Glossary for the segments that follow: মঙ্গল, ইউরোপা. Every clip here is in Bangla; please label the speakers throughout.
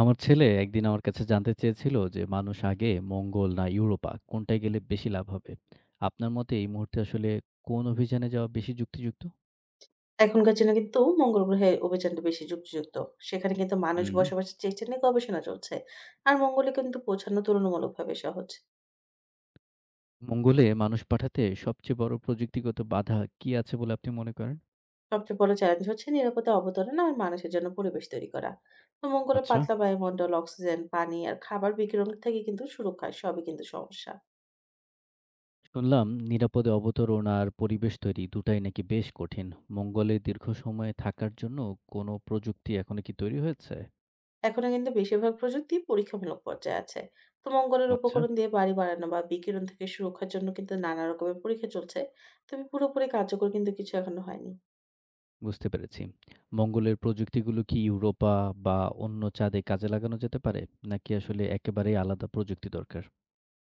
Speaker 1: আমার ছেলে একদিন আমার কাছে জানতে চেয়েছিল যে মানুষ আগে মঙ্গল না ইউরোপা কোনটায় গেলে বেশি লাভ হবে। আপনার মতে এই মুহূর্তে আসলে কোন অভিযানে যাওয়া বেশি যুক্তিযুক্ত?
Speaker 2: এখনকার জন্য কিন্তু মঙ্গল গ্রহে অভিযানটা বেশি যুক্তিযুক্ত। সেখানে কিন্তু মানুষ
Speaker 1: হুম।
Speaker 2: বসবাসের চেষ্টা নিয়ে গবেষণা চলছে। আর মঙ্গলে কিন্তু পৌঁছানো তুলনামূলকভাবে সহজ।
Speaker 1: মঙ্গলে মানুষ পাঠাতে সবচেয়ে বড় প্রযুক্তিগত বাধা কি আছে বলে আপনি মনে করেন?
Speaker 2: সবচেয়ে বড় চ্যালেঞ্জ হচ্ছে নিরাপদে অবতরণ আর মানুষের জন্য পরিবেশ তৈরি করা। তো মঙ্গলের
Speaker 1: আচ্ছা।
Speaker 2: পাতলা বায়ুমণ্ডল, অক্সিজেন, পানি আর খাবার বিকিরণ থেকে কিন্তু সুরক্ষা সবই কিন্তু সমস্যা।
Speaker 1: শুনলাম নিরাপদে অবতরণ আর পরিবেশ তৈরি দুটাই নাকি বেশ কঠিন। মঙ্গলে দীর্ঘ সময় থাকার জন্য কোনো প্রযুক্তি এখনো কি তৈরি হয়েছে?
Speaker 2: এখনো কিন্তু বেশিরভাগ প্রযুক্তি পরীক্ষামূলক পর্যায়ে আছে। তো মঙ্গলের
Speaker 1: আচ্ছা।
Speaker 2: উপকরণ দিয়ে বাড়ি বানানো বা বিকিরণ থেকে সুরক্ষার জন্য কিন্তু নানা রকমের পরীক্ষা চলছে। তবে পুরোপুরি কার্যকর কিন্তু কিছু এখনো হয়নি।
Speaker 1: বুঝতে পেরেছি। মঙ্গলের প্রযুক্তিগুলো কি ইউরোপা বা অন্য চাঁদে কাজে লাগানো যেতে পারে? নাকি আসলে একেবারেই আলাদা প্রযুক্তি দরকার?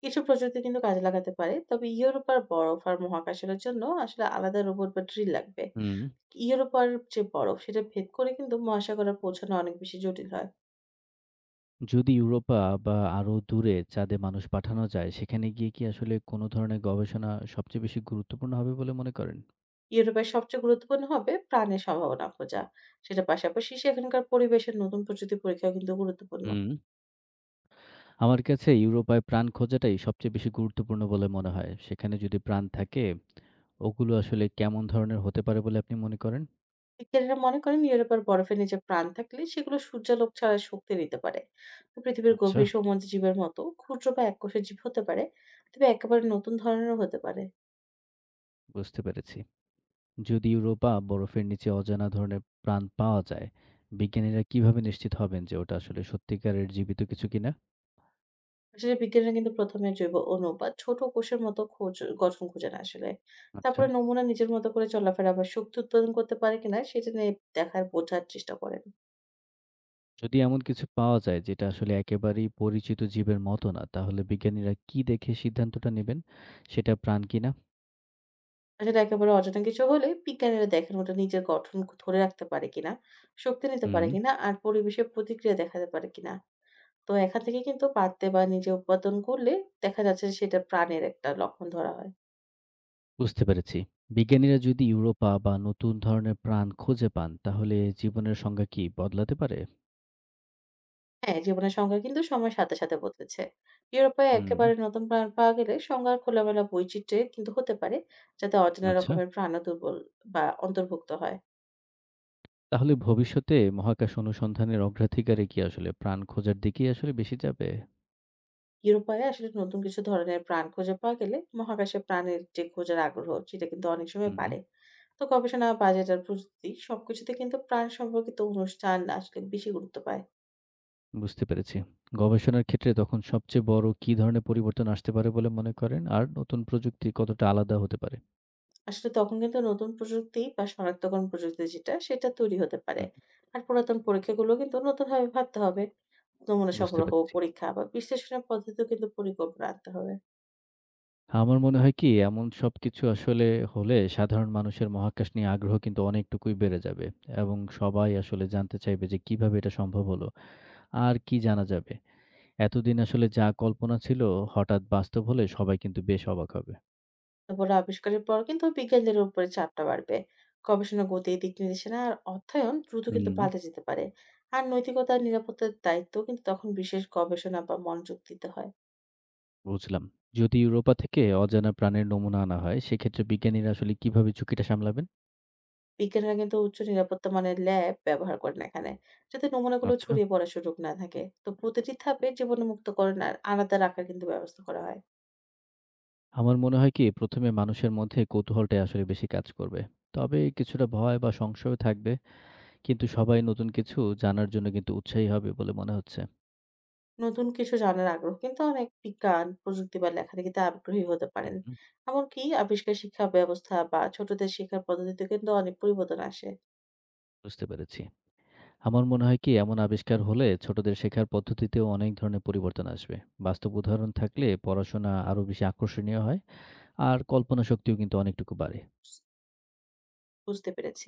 Speaker 2: কিছু প্রযুক্তি কিন্তু কাজে লাগাতে পারে, তবে ইউরোপ আর বরফ আর মহাকাশের জন্য আসলে আলাদা রোবট বা ড্রিল লাগবে।
Speaker 1: হুম।
Speaker 2: ইউরোপ আর যে বরফ সেটা ভেদ করে কিন্তু মহাসাগরে পৌঁছানো অনেক বেশি জটিল হয়।
Speaker 1: যদি ইউরোপা বা আরও দূরে চাঁদে মানুষ পাঠানো যায়, সেখানে গিয়ে কি আসলে কোনো ধরনের গবেষণা সবচেয়ে বেশি গুরুত্বপূর্ণ হবে বলে মনে করেন?
Speaker 2: ইউরোপের সবচেয়ে গুরুত্বপূর্ণ হবে প্রাণের সম্ভাবনা খোঁজা। সেটা পাশাপাশি সেখানকার পরিবেশের নতুন প্রযুক্তি পরীক্ষা কিন্তু গুরুত্বপূর্ণ।
Speaker 1: হুম। আমার কাছে ইউরোপায় প্রাণ খোঁজাটাই সবচেয়ে বেশি গুরুত্বপূর্ণ বলে মনে হয়। সেখানে যদি প্রাণ থাকে, ওগুলো আসলে কেমন ধরনের হতে পারে বলে আপনি মনে করেন?
Speaker 2: বিজ্ঞানীরা মনে করেন ইউরোপের বরফের নিচে প্রাণ থাকলে সেগুলো সূর্যালোক ছাড়া শক্তি নিতে পারে। তো পৃথিবীর
Speaker 1: আচ্ছা,
Speaker 2: গভীর সমুদ্র জীবের মতো ক্ষুদ্র বা এককোষী জীব হতে পারে। তবে একেবারে নতুন ধরনেরও হতে পারে।
Speaker 1: বুঝতে পেরেছি। যদি ইউরোপা বরফের নিচে অজানা ধরনের প্রাণ পাওয়া যায়, বিজ্ঞানীরা কিভাবে নিশ্চিত হবেন যে ওটা আসলে সত্যিকারের জীবিত কিছু কিনা?
Speaker 2: আসলে বিজ্ঞানীরা কিন্তু ১ম এ জৈব অণু বা ছোট কোষের মতো খোঁজ গঠন খোঁজে না আসলে।
Speaker 1: আচ্ছা।
Speaker 2: তারপরে নমুনা নিজের মতো করে চলাফেরা বা শক্তি উৎপাদন করতে পারে কিনা সেটা নিয়ে দেখার বোঝার চেষ্টা করেন।
Speaker 1: যদি এমন কিছু পাওয়া যায় যেটা আসলে একেবারেই পরিচিত জীবের মতো না, তাহলে বিজ্ঞানীরা কি দেখে সিদ্ধান্তটা নেবেন সেটা প্রাণ কিনা?
Speaker 2: আসলে একেবারে অজানা কিছু হলে বিজ্ঞানীরা দেখেন ওটা নিজের গঠন ধরে রাখতে পারে কিনা, শক্তি নিতে পারে
Speaker 1: হুম,
Speaker 2: কিনা আর পরিবেশের প্রতিক্রিয়া দেখাতে পারে কিনা। তো এখান থেকে কিন্তু বাড়তে বা নিজে উৎপাদন করলে দেখা যাচ্ছে যে সেটা প্রাণের একটা লক্ষণ ধরা হয়।
Speaker 1: বুঝতে পেরেছি। বিজ্ঞানীরা যদি ইউরোপা বা নতুন ধরনের প্রাণ খুঁজে পান, তাহলে জীবনের সংজ্ঞা কি বদলাতে পারে?
Speaker 2: হ্যাঁ, জীবনের সংজ্ঞা কিন্তু সময়ের সাথে সাথে বদলেছে। ইউরোপে
Speaker 1: হুম,
Speaker 2: একেবারে নতুন প্রাণ পাওয়া গেলে সংজ্ঞার খোলামেলা বৈচিত্র্যে কিন্তু হতে পারে, যাতে অচেনা
Speaker 1: আচ্ছা।
Speaker 2: রকমের প্রাণও দুর্বল বা অন্তর্ভুক্ত হয়।
Speaker 1: তাহলে ভবিষ্যতে মহাকাশ অনুসন্ধানের অগ্রাধিকারে কি আসলে প্রাণ খোঁজার দিকেই আসলে বেশি যাবে?
Speaker 2: ইউরোপায় আসলে নতুন কিছু ধরনের প্রাণ খুঁজে পাওয়া গেলে মহাকাশে প্রাণের যে খোঁজার আগ্রহ, সেটা কিন্তু অনেক সময়
Speaker 1: হুম,
Speaker 2: বাড়ে। তো গবেষণা, বাজেট আর প্রযুক্তি সবকিছুতে কিন্তু প্রাণ সম্পর্কিত অনুষ্ঠান আসলে বেশি গুরুত্ব পায়।
Speaker 1: বুঝতে পেরেছি। গবেষণার ক্ষেত্রে তখন সবচেয়ে বড় কি ধরনের পরিবর্তন আসতে পারে বলে মনে করেন? আর নতুন প্রযুক্তি কতটা আলাদা হতে পারে?
Speaker 2: আসলে তখন কিন্তু নতুন প্রযুক্তি বা শনাক্তকরণ প্রযুক্তি যেটা, সেটা তৈরি হতে পারে।
Speaker 1: হুম,
Speaker 2: আর পুরাতন পরীক্ষাগুলো কিন্তু নতুনভাবে ভাবতে হবে। নমুনা
Speaker 1: বুঝতে
Speaker 2: সংগ্রহ,
Speaker 1: পেরেছি।
Speaker 2: পরীক্ষা বা বিশ্লেষণের পদ্ধতিও কিন্তু পরিকল্পনা আনতে হবে।
Speaker 1: আমার মনে হয় কি এমন সবকিছু আসলে হলে সাধারণ মানুষের মহাকাশ নিয়ে আগ্রহ কিন্তু অনেকটুকুই বেড়ে যাবে, এবং সবাই আসলে জানতে চাইবে যে কিভাবে এটা সম্ভব হলো? আর কি জানা যাবে? এতদিন আসলে যা কল্পনা ছিল হঠাৎ বাস্তব হলে সবাই কিন্তু বেশ অবাক হবে।
Speaker 2: তারপরে আবিষ্কারের পর কিন্তু বিজ্ঞানীদের উপরে চাপটা বাড়বে। গবেষণা গতি, দিক নির্দেশনা আর অর্থায়ন দ্রুত কিন্তু
Speaker 1: হুম।
Speaker 2: পাল্টে যেতে পারে। আর নৈতিকতা আর নিরাপত্তার দায়িত্ব কিন্তু তখন বিশেষ গবেষণা বা মনোযোগ দিতে হয়।
Speaker 1: বুঝলাম। যদি ইউরোপা থেকে অজানা প্রাণের নমুনা আনা হয়, সেক্ষেত্রে বিজ্ঞানীরা আসলে কিভাবে ঝুঁকিটা সামলাবেন?
Speaker 2: বিজ্ঞানীরা কিন্তু উচ্চ নিরাপত্তা মানের ল্যাব ব্যবহার করেন এখানে, যাতে নমুনাগুলো
Speaker 1: আচ্ছা।
Speaker 2: ছড়িয়ে পড়ার সুযোগ না থাকে। তো প্রতিটি ধাপে জীবাণুমুক্তকরণ আর আলাদা রাখার কিন্তু ব্যবস্থা করা হয়।
Speaker 1: আমার মনে হয় কি, ১ম এ মানুষের মধ্যে কৌতূহলটাই আসলে বেশি কাজ করবে। তবে কিছুটা ভয় বা সংশয় থাকবে। কিন্তু সবাই নতুন কিছু জানার জন্য কিন্তু উৎসাহী হবে বলে মনে হচ্ছে।
Speaker 2: নতুন কিছু জানার আগ্রহ কিন্তু অনেক বিজ্ঞান, প্রযুক্তি বা লেখালেখিতে আগ্রহী হতে
Speaker 1: হুম,
Speaker 2: পারেন।
Speaker 1: হুম।
Speaker 2: এমনকি আবিষ্কার শিক্ষা ব্যবস্থা বা ছোটদের শেখার পদ্ধতিতে কিন্তু অনেক পরিবর্তন আসে।
Speaker 1: বুঝতে পেরেছি। আমার মনে হয় কি, এমন আবিষ্কার হলে ছোটদের শেখার পদ্ধতিতেও অনেক ধরনের পরিবর্তন আসবে। বাস্তব উদাহরণ থাকলে পড়াশোনা আরো বেশি আকর্ষণীয় হয়। আর কল্পনা শক্তিও কিন্তু অনেকটুকু বাড়ে।
Speaker 2: বুঝতে পেরেছি।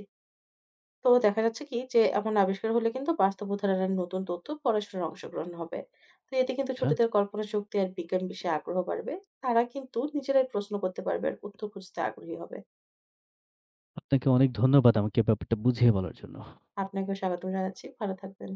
Speaker 2: তো দেখা যাচ্ছে কি যে এমন আবিষ্কার হলে কিন্তু বাস্তব উদাহরণের নতুন তথ্য পড়াশোনার অংশগ্রহণ হবে। তো এতে কিন্তু
Speaker 1: আচ্ছা।
Speaker 2: ছোটদের কল্পনা শক্তি আর বিজ্ঞান বিষয়ে আগ্রহ বাড়বে। তারা কিন্তু নিজেরাই প্রশ্ন করতে পারবে আর উত্তর খুঁজতে আগ্রহী হবে।
Speaker 1: আপনাকে অনেক ধন্যবাদ আমাকে ব্যাপারটা বুঝিয়ে বলার জন্য।
Speaker 2: আপনাকেও স্বাগতম জানাচ্ছি। ভালো থাকবেন।